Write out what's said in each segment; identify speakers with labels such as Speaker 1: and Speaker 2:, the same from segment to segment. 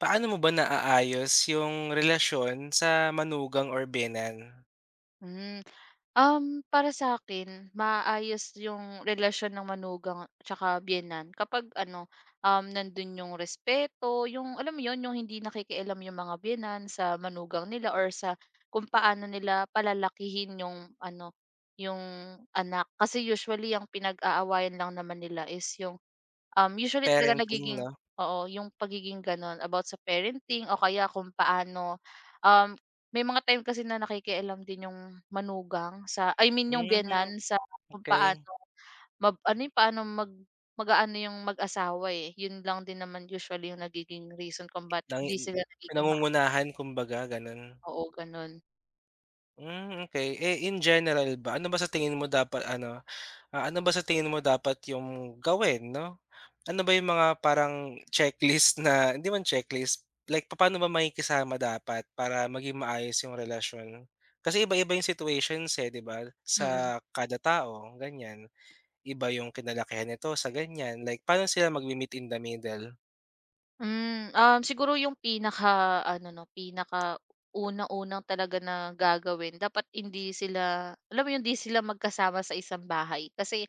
Speaker 1: Paano mo ba naaayos yung relasyon sa manugang or biyenan?
Speaker 2: Hmm. Para sa akin, maayos yung relasyon ng manugang tsaka biyenan kapag ano, nandun yung respeto, yung alam mo yun, yung hindi nakikialam yung mga biyenan sa manugang nila or sa kung paano nila palalakihin yung ano, yung anak. Kasi usually ang pinag-aawayan lang naman nila is yung, usually talaga
Speaker 1: Parenting
Speaker 2: nagiging
Speaker 1: 'no?
Speaker 2: oo, yung pagiging gano'n about sa parenting o kaya kung paano, um, may mga time kasi na nakikialam din yung manugang sa I mean yung
Speaker 1: Hmm,
Speaker 2: biyenan sa kung
Speaker 1: okey.
Speaker 2: paano ano yung paano mag-aano yung mag-asawa, eh. Yun lang din naman usually yung nagiging reason kung ba't hindi
Speaker 1: Nangin
Speaker 2: sila nagiging
Speaker 1: Pinangungunahan kumbaga gano'n.
Speaker 2: ma-oo, gano'n.
Speaker 1: Hmm, okey. Eh, in general ba, ano ba sa tingin mo dapat yung gawin 'no? Ano ba yung mga parang checklist na hindi man checklist, like papaano ba makikisama dapat para maging maayos yung relasyon? Kasi iba-iba yung situations, eh, 'di ba,
Speaker 2: Mm.
Speaker 1: sa kada tao, ganyan. Iba yung kinalakihan nito sa ganyan, like paano sila magme-meet in the middle?
Speaker 2: Hmm, siguro yung pinaka-ano 'no, pinaka unang unang talaga na gagawin dapat hindi sila alam mo yun, hindi sila magkasama sa isang bahay kasi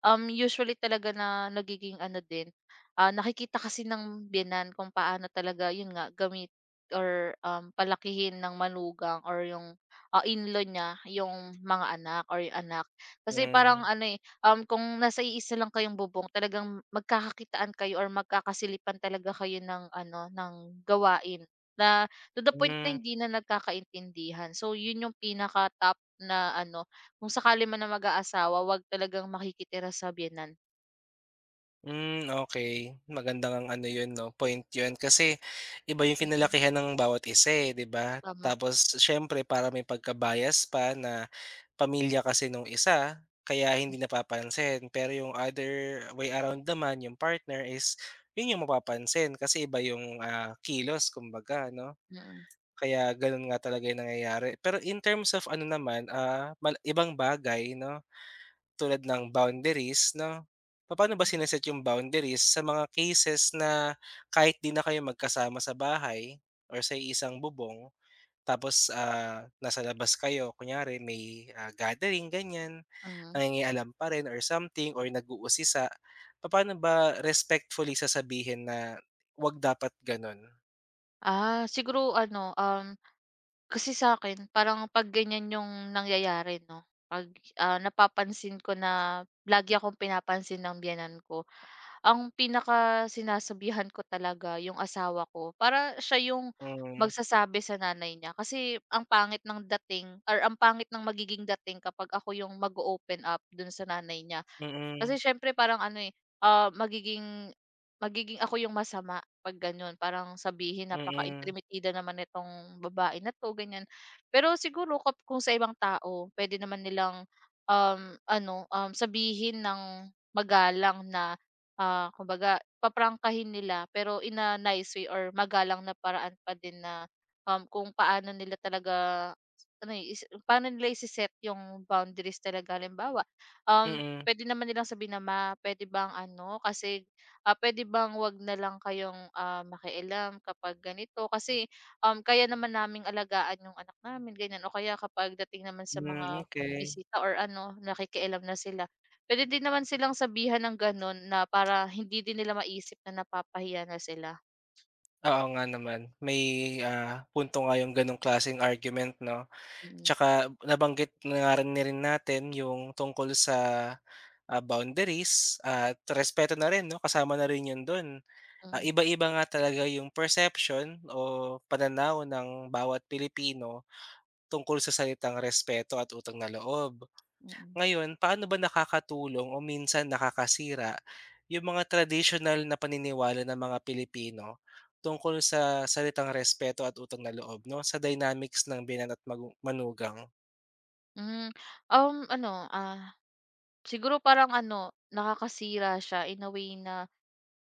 Speaker 2: Usually talaga na nagiging ano din, nakikita kasi ng biyenan kung paano talaga yun nga gamit or, palakihin ng manugang or yung, in-law niya yung mga anak or yung anak. Kasi parang
Speaker 1: Hmm,
Speaker 2: ano, eh, kung nasa iisa lang kayong bubong talagang magkakakitaan kayo or magkakasilipan talaga kayo ng ano, ng gawain na to the point na
Speaker 1: hmm,
Speaker 2: hindi na nagkakaintindihan. So, yun yung pinaka-top na ano kung sakali man na mag-aasawa 'wag talagang makikitira sa biyenan.
Speaker 1: hmm, okey. Maganda ngang ano yun 'no, point yun kasi iba yung
Speaker 2: Mm,
Speaker 1: kinalakihan ng bawat isa, eh, 'di ba?
Speaker 2: tama.
Speaker 1: Tapos siyempre para may pagkabias pa na pamilya kasi nung isa kaya hindi napapansin, pero yung other way around naman yung partner is yun yung mapapansin kasi iba yung, ah, kilos kumbaga 'no?
Speaker 2: Mm,
Speaker 1: Kaya gano'n nga talaga yung nangyayari. Pero in terms of ano naman, ah, ibang bagay 'no, tulad ng boundaries 'no, paano ba sine yung boundaries sa mga cases na kahit 'di na kayo magkasama sa bahay or sa isang bubong tapos, ah, nasa labas kayo kunyari may, ah, gathering ganyan,
Speaker 2: mm.
Speaker 1: nangingialam pa rin or something or nag-uusisa, paano ba respectfully sasabihin na, "'Wag dapat gano'n."
Speaker 2: Ah, siguro ano, kasi sa akin parang 'pag ganyan yung nangyayari 'no, 'pag, napapansin ko na lagi akong pinapansin ng biyenan ko, ang pinakasinasabihan ko talaga yung asawa ko para siya yung
Speaker 1: Hmm,
Speaker 2: magsasabi sa nanay niya. Kasi ang pangit ng dating or ang pangit ng magiging dating kapag ako yung mag open up dun sa nanay niya.
Speaker 1: mm,
Speaker 2: Kasi siyempre parang ano, eh, magiging magiging ako yung masama. 'Pag gano'n parang sabihin
Speaker 1: mm, mm.
Speaker 2: napaka-intrimitida naman nitong babae na 'to, ganyan. Pero siguro kung sa ibang tao pwede naman nilang, um, ano, sabihin ng magalang na, kumbaga paprangkahin nila pero in a nice way or magalang na paraan pa din na, kung paano nila talaga ano, eh, is paano nila ise yung boundaries talaga. Halimbawa,
Speaker 1: Mm.
Speaker 2: puwede naman nilang sabihin na, "Ma, pwede bang ano kasi puwede bang 'wag na lang kayong, makialam kapag ganito kasi, kaya naman naming alagaan yung anak namin ganyan o kaya kapag dating naman sa
Speaker 1: Hmm,
Speaker 2: mga
Speaker 1: okey.
Speaker 2: bisita or ano nakikialam na sila." Puwede din naman silang sabihan ng gano'n na para hindi din nila maisip na napapahiya na sila.
Speaker 1: Oo nga naman, may, ah, punto nga yung gano'ng klaseng argument 'no.
Speaker 2: Mm,
Speaker 1: Tsaka nabanggit na nga rin natin yung tungkol sa, ah, boundaries at respeto na rin 'no, kasama na rin yun dun. Ah,
Speaker 2: mm,
Speaker 1: iba-iba nga talaga yung perception o pananaw ng bawat Pilipino tungkol sa salitang respeto at utang na loob.
Speaker 2: mm.
Speaker 1: Ngayon, paano ba nakakatulong o minsan nakakasira yung mga traditional na paniniwala ng mga Pilipino tungkol sa salitang respeto at utang na loob 'no, sa dynamics ng binan at manugang?
Speaker 2: Hmm, ano, siguro parang ano, nakakasira siya in a way na,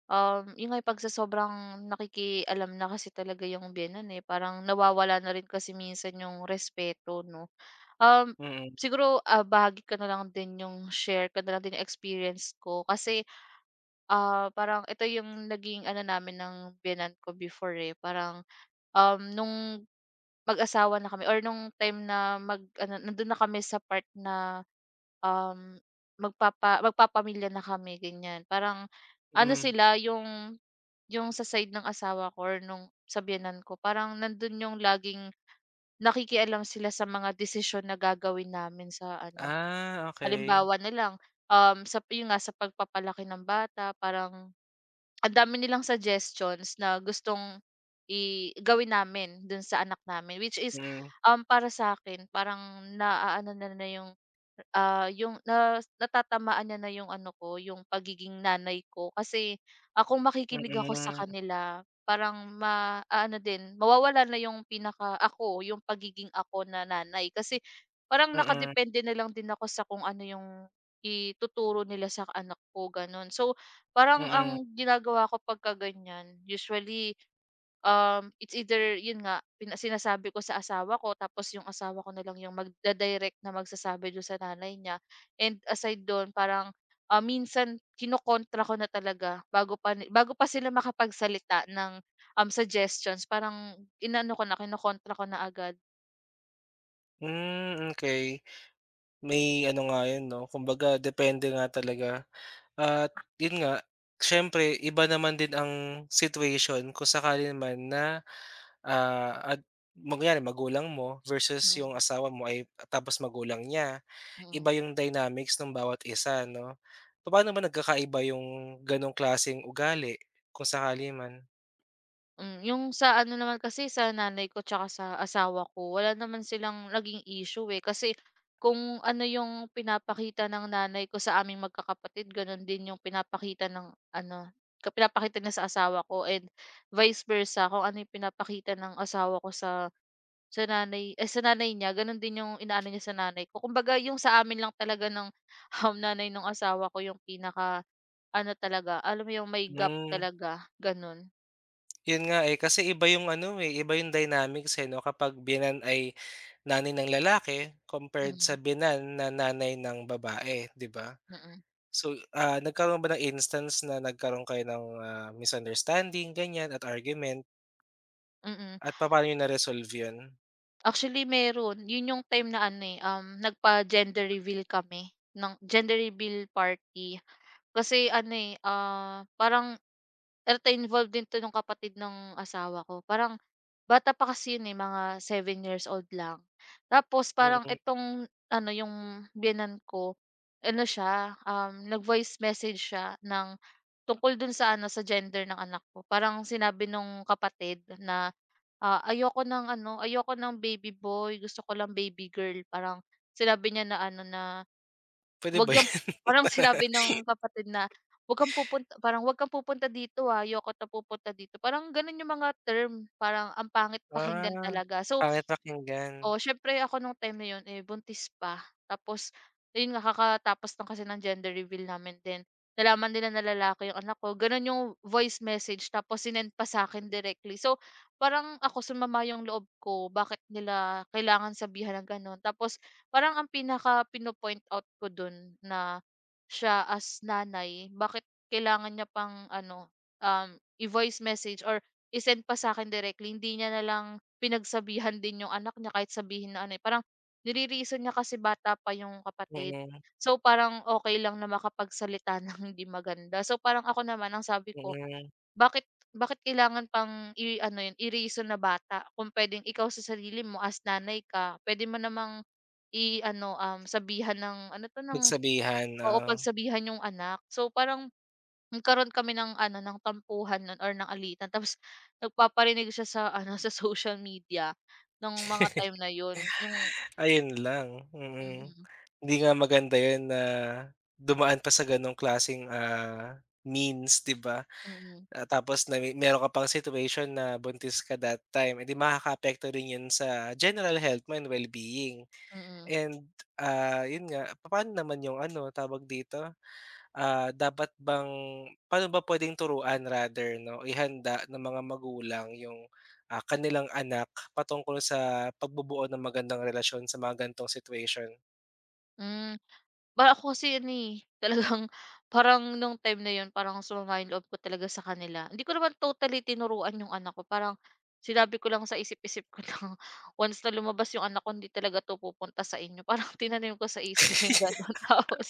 Speaker 2: yun nga yung pag sa sobrang nakikialam na kasi talaga yung biyenan, eh, parang nawawala na rin kasi minsan yung respeto 'no. Um,
Speaker 1: Mm,
Speaker 2: Siguro, bahagi ko na lang din yung share ko na lang din yung experience ko kasi parang ito yung naging ano namin ng biyenan ko before, eh, parang, nung mag-asawa na kami or nung time na mag-ano nandun na kami sa part na, um, magpapamilya na kami ganyan. Parang ano
Speaker 1: mm.
Speaker 2: sila yung sa side ng asawa ko or nung sa biyenan ko parang nandun yung laging nakikialam sila sa mga desisyon na gagawin namin sa ano,
Speaker 1: Ah, okay.
Speaker 2: halimbawa na lang, sa yun nga sa pagpapalaki ng bata parang ang dami nilang suggestions na gustong i gawin namin dun sa anak namin, which is,
Speaker 1: Mm,
Speaker 2: para sa akin parang naaano na na yung, yung na natatamaan niya na yung ano ko, yung pagiging nanay ko. Kasi, kung makikinig ako sa
Speaker 1: mm,
Speaker 2: kanila parang ma-ano din, mawawala na yung pinaka ako, yung pagiging ako na nanay. Kasi parang
Speaker 1: mm, mm.
Speaker 2: nakadepende na lang din ako sa kung ano yung ituturo nila sa anak ko, gano'n. So, parang
Speaker 1: Mm.
Speaker 2: ang ginagawa ko pagka ganyan, usually, it's either yun nga, sinasabi ko sa asawa ko tapos yung asawa ko na lang yung na magsasabi dun sa nanay niya. And aside dun parang, minsan kinokontra ko na talaga bago pa sila makapagsalita ng, suggestions parang inano ko na, kinokontra ko na agad.
Speaker 1: Hmm, okey. May ano nga 'yun 'no, kumbaga depende nga talaga. At yun nga, siyempre iba naman din ang situation kung sakali naman na, ah, at magyari magulang mo versus
Speaker 2: Mm,
Speaker 1: yung asawa mo ay tapos magulang niya. Iba
Speaker 2: mm.
Speaker 1: yung dynamics ng bawat isa 'no? Papaano ba nagkakaiba yung ganong klaseng ugali kung sakali man?
Speaker 2: Hmm, yung sa ano naman kasi sa nanay ko tsaka sa asawa ko wala naman silang naging issue, eh. Kasi kung ano yung pinapakita ng nanay ko sa aming magkakapatid gano'n din yung pinapakita ng ano, pinapakita niya sa asawa ko and vice versa kung ano yung pinapakita ng asawa ko sa nanay eh sa nanay niya gano'n din yung inaano niya sa nanay ko. Kumbaga yung sa amin lang talaga ng, nanay ng asawa ko yung pinaka ano talaga, alam mo yung may gap
Speaker 1: Hmm,
Speaker 2: talaga, gano'n.
Speaker 1: yun nga, eh, kasi iba yung ano, eh, iba yung dynamics, eh, 'no kapag binan ay nanay ng lalaki compared sa
Speaker 2: Mm,
Speaker 1: binan na nanay ng babae, 'di ba?
Speaker 2: mm.
Speaker 1: So, ah, nagkaroon ba ng instance na nagkaroon kayo ng, ah, misunderstanding ganyan at argument
Speaker 2: Mm.
Speaker 1: at paano niyo na-resolve yun?
Speaker 2: Actually meron, 'yun yung time na ano, eh, nagpa-gender reveal kami ng gender reveal party. Kasi ano, eh, parang eto involved din 'to ng kapatid ng asawa ko. Parang bata pa kasi 'yun, eh, mga 7 years old lang. Tapos parang
Speaker 1: Mm.
Speaker 2: itong ano, yung biyenan ko, ano siya, nag-voice message siya ng tungkol dun sa ano, sa gender ng anak ko. Parang sinabi nung kapatid na, "Ah, ayoko ng ano, ayoko ng baby boy, gusto ko lang baby girl." Parang sinabi niya na ano na,
Speaker 1: Puwede
Speaker 2: "Wag
Speaker 1: ba
Speaker 2: yung,"
Speaker 1: yun?
Speaker 2: parang sinabi ng kapatid na, "Wag kang pupunta Parang wag kang pupunta dito, ayoko 'to pupunta dito." Parang gano'n yung mga term, parang ang pangit pakinggan
Speaker 1: Ah,
Speaker 2: talaga. So,
Speaker 1: pangit pakinggan.
Speaker 2: oo, syempre ako nung time na 'yun, eh, buntis pa. Tapos ayun nga, kakatapos lang kasi ng gender reveal namin din. Nalaman nila na lalaki yung anak ko, gano'n yung voice message tapos sinend pa sa'kin directly. So, parang ako sumama yung loob ko, bakit nila kailangan sabihan ng gano'n. Tapos parang ang pinaka pino-point out ko dun na siya as nanay, bakit kailangan niya pang ano, um, i-voice message or i-send pa sa'kin directly, hindi niya na lang pinagsabihan din yung anak niya kahit sabihin na ano, eh, parang nire-reason niya kasi bata pa yung kapatid.
Speaker 1: Mm,
Speaker 2: So, parang okay lang na makapagsalita ng hindi maganda. So, parang ako naman ang sabi ko,
Speaker 1: mm.
Speaker 2: bakit bakit kailangan pang i-ano yun, i-reason na bata kung puwedeng ikaw sa sarili mo as nanay ka, puwede mo namang i-ano, sabihan ng ano 'to, ng
Speaker 1: Pagsabihan,
Speaker 2: oo,
Speaker 1: oo.
Speaker 2: pagsabihan yung anak. So, parang nagkaroon kami ng ano, ng tampuhan nun or ng alitan tapos nagpaparinig siya sa ano, sa social media ng mga time na yun, yung
Speaker 1: Ayun lang,
Speaker 2: mm,
Speaker 1: mm.
Speaker 2: mm,
Speaker 1: Hindi nga maganda yun na dumaan pa sa gano'ng klaseng, ah, means, 'di ba?
Speaker 2: mm,
Speaker 1: Ah, tapos na meron ka pang situation na buntis ka that time, eh, di makakaapekto rin yun sa general health mo and well-being.
Speaker 2: mm.
Speaker 1: And, ah, yun nga, papaano naman yung ano, tawag dito, ah, dapat bang paano ba puwedeng turuan rather 'no, ihanda ng mga magulang yung, ah, kanilang anak patungkol sa pagbubuo ng magandang relasyon sa mga ganitong situation?
Speaker 2: Hmm. Para ako kasi ano, eh, talagang parang nung time na yun parang sumama yung loob ko talaga sa kanila. Hindi ko naman totally tinuruan yung anak ko, parang sinabi ko lang sa isip-isip ko lang, once na lumabas yung anak ko hindi talaga 'to pupunta sa inyo. Parang tinanim ko sa isip ko yung gano'n, tapos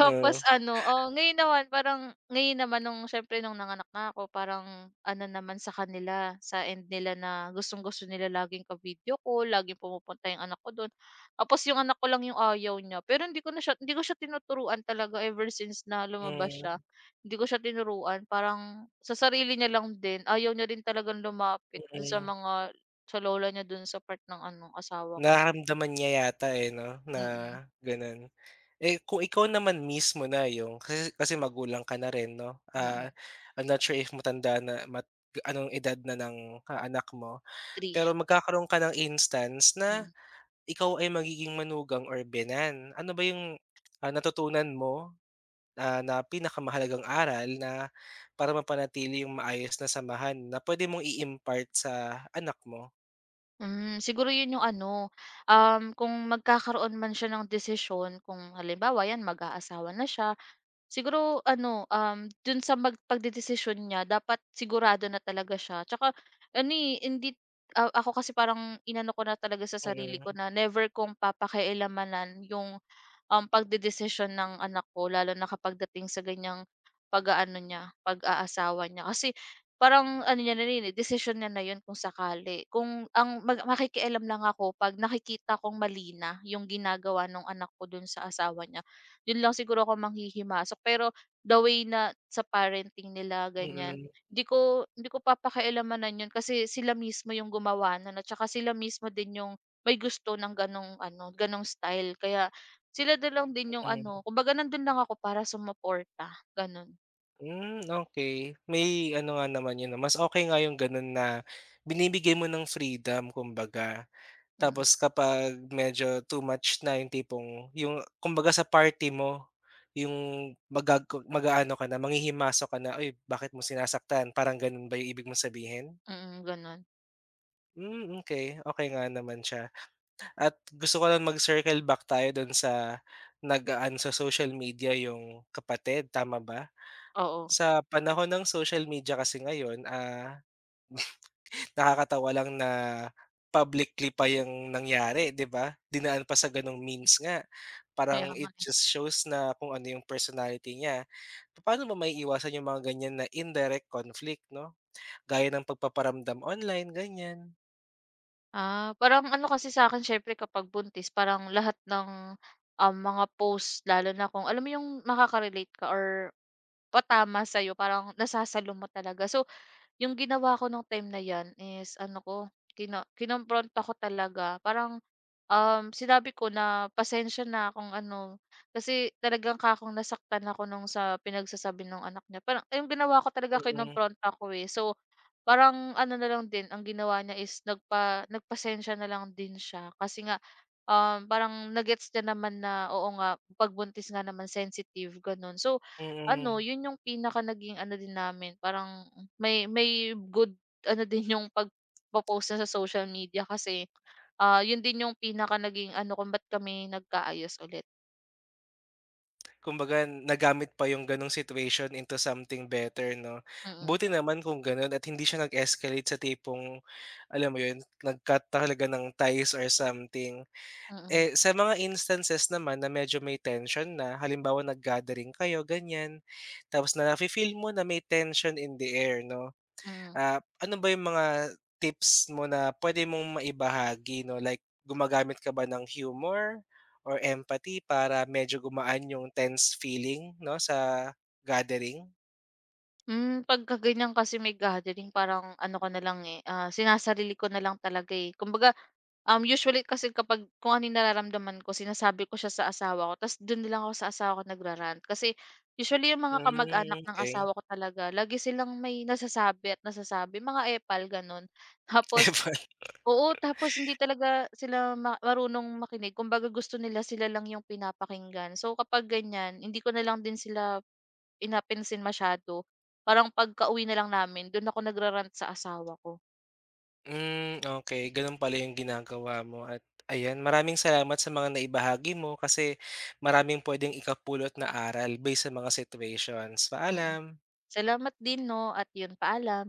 Speaker 1: Oo,
Speaker 2: ano, oh ngayon naman nung siyempre nung nanganak na ako parang ano naman sa kanila, sa end nila na gustong-gusto nila laging ka-video call, laging pumupunta yung anak ko dun. Tapos yung anak ko lang yung ayaw niya, pero hindi ko siya tinuturuan talaga ever since na lumabas
Speaker 1: hmm,
Speaker 2: siya.
Speaker 1: mm.
Speaker 2: Hindi ko siya tinuruan, parang sa sarili niya lang din. Ayaw niya rin talagang lumapit dun
Speaker 1: Mm.
Speaker 2: sa lola niya dun sa part ng ano, asawa ko.
Speaker 1: Nararamdaman niya yata, eh, 'no, na
Speaker 2: Mm,
Speaker 1: gano'n. Eh, kung ikaw naman mismo na yung kasi kasi magulang ka na rin 'no,
Speaker 2: mm,
Speaker 1: ah, I'm not sure if matanda na anong edad na ng, ah, anak mo,
Speaker 2: 3,
Speaker 1: pero magkakaroon ka ng instance na
Speaker 2: mm.
Speaker 1: ikaw ay magiging manugang or binan. Ano ba yung, ah, natutunan mo, ah, na pinakamahalagang aral na para mapanatili yung maayos na samahan na pwede mong i-impart sa anak mo?
Speaker 2: Hmm, siguro yun yung ano, kung magkakaroon man siya ng desisyon kung halimbawa 'yan mag-aasawa na siya. Siguro ano, dun sa pagdedesisyon niya dapat sigurado na talaga siya. Tsaka ano, eh, hindi ako kasi parang inano ko na talaga sa sarili
Speaker 1: Mm,
Speaker 2: ko na never kong papakialamanan yung pagdedesisyon ng anak ko lalo na kapag dating sa ganiyang pag-aasawa niya. Kasi parang ano niya na rin, eh, desisyon niya na yun kung sakali. Kung ang makikialam lang ako 'pag nakikita kong mali na yung ginagawa ng anak ko dun sa asawa niya. Yun lang siguro ako manghihimasok. Pero the way na sa parenting nila ganiyan,
Speaker 1: mm,
Speaker 2: hindi ko papakialamanan yun kasi sila mismo yung gumawa na at saka sila mismo din yung may gusto ng ganong ano, ganong style. Kaya sila na lang din yung ano,
Speaker 1: mm.
Speaker 2: kumbaga nandun lang ako para sumuporta, ganun.
Speaker 1: Hmm, okey. May ano nga naman 'yun, 'no, mas okey nga yung gano'n na binibigay mo ng freedom kumbaga.
Speaker 2: Mm,
Speaker 1: Tapos kapag medyo too much na yung tipong yung kumbaga sa party mo, yung mag-aano ka na, manghihimasok ka na, "Uy, bakit mo sinasaktan?" Parang gano'n ba yung ibig mong sabihin?
Speaker 2: mm, ganon
Speaker 1: Hmm, okey. Okey nga naman siya at gusto ko lang mag-circle back tayo do'n sa nag-aano sa social media yung kapatid, tama ba?
Speaker 2: oo,
Speaker 1: Sa panahon ng social media kasi ngayon, ah, nakakatawa lang na publicly pa yung nangyari, 'di ba? Dinaan pa sa gano'ng means nga.
Speaker 2: kaya
Speaker 1: Parang
Speaker 2: nga,
Speaker 1: it
Speaker 2: eh.
Speaker 1: just shows na kung ano yung personality niya. Paano ba maiiwasan yung mga ganyan na indirect conflict 'no? Gaya ng pagpaparamdam online, ganyan.
Speaker 2: Ah, parang ano kasi sa'kin siyempre kapag buntis parang lahat ng, mga post lalo na kung alam mo yung makaka-relate ka or patama sa'yo parang nasasalo mo talaga. So, yung ginawa ko nung time na 'yan is ano ko, kinompronta ko talaga. Parang, sinabi ko na, "Pasensya na kung ano." Kasi talagang kakong nasaktan ako nung sa pinagsasabi ng anak niya. Parang yung ginawa ko talaga,
Speaker 1: Mm,
Speaker 2: kinompronta ko, eh. So, parang ano na lang din, ang ginawa niya is nagpasensya na lang din siya kasi nga, parang na-gets niya naman na, oo nga, pagbuntis nga naman sensitive, gano'n. So, ano,
Speaker 1: mm.
Speaker 2: 'yun yung pinaka naging ano din namin, parang may good ano din yung pagpo-post niya sa social media kasi, 'yun din yung pinaka naging ano kung ba't kami nagkaayos ulit.
Speaker 1: Kumbaga nagamit pa yung ganong situation into something better 'no.
Speaker 2: Mm,
Speaker 1: Buti naman kung gano'n at hindi siya nag-escalate sa tipong, alam mo yun, nag-cut talaga ng ties or something.
Speaker 2: mm,
Speaker 1: Eh, sa mga instances naman na medyo may tension na, halimbawa nag-gathering kayo, ganyan, tapos na nafe-feel mo na may tension in the air 'no.
Speaker 2: mm.
Speaker 1: Ah, ano ba yung mga tips mo na pwede mong maibahagi 'no, like gumagamit ka ba ng humor or empathy para medyo gumaan yung tense feeling 'no, sa gathering?
Speaker 2: Hmm, pagka ganyan kasi may gathering parang ano ko na lang, eh, sinasarili ko na lang talaga, eh. Kumbaga, usually kasi kapag kung ano yung nararamdaman ko sinasabi ko siya sa asawa ko ta's do'n na lang ako sa asawa ko nagrarant kasi usually yung mga
Speaker 1: Hmm,
Speaker 2: kamag-anak ng
Speaker 1: okey.
Speaker 2: asawa ko talaga lagi silang may nasasabi at nasasabi, mga epal gano'n. Tapos
Speaker 1: Effort.
Speaker 2: oo, tapos hindi talaga sila marunong makinig kumbaga gusto nila sila lang yung pinapakinggan. So kapag ganyan hindi ko na lang din sila inapinsin masyado. Parang pagkauwi na lang namin don ako nagra-rant sa asawa ko,
Speaker 1: Hmm, okey, pala yung ginagawa mo at ayan, maraming salamat sa mga naibahagi mo kasi maraming puwedeng ikapulot na aral based sa mga situations.
Speaker 2: mm.
Speaker 1: Paalam.
Speaker 2: Salamat din 'no at yun, paalam.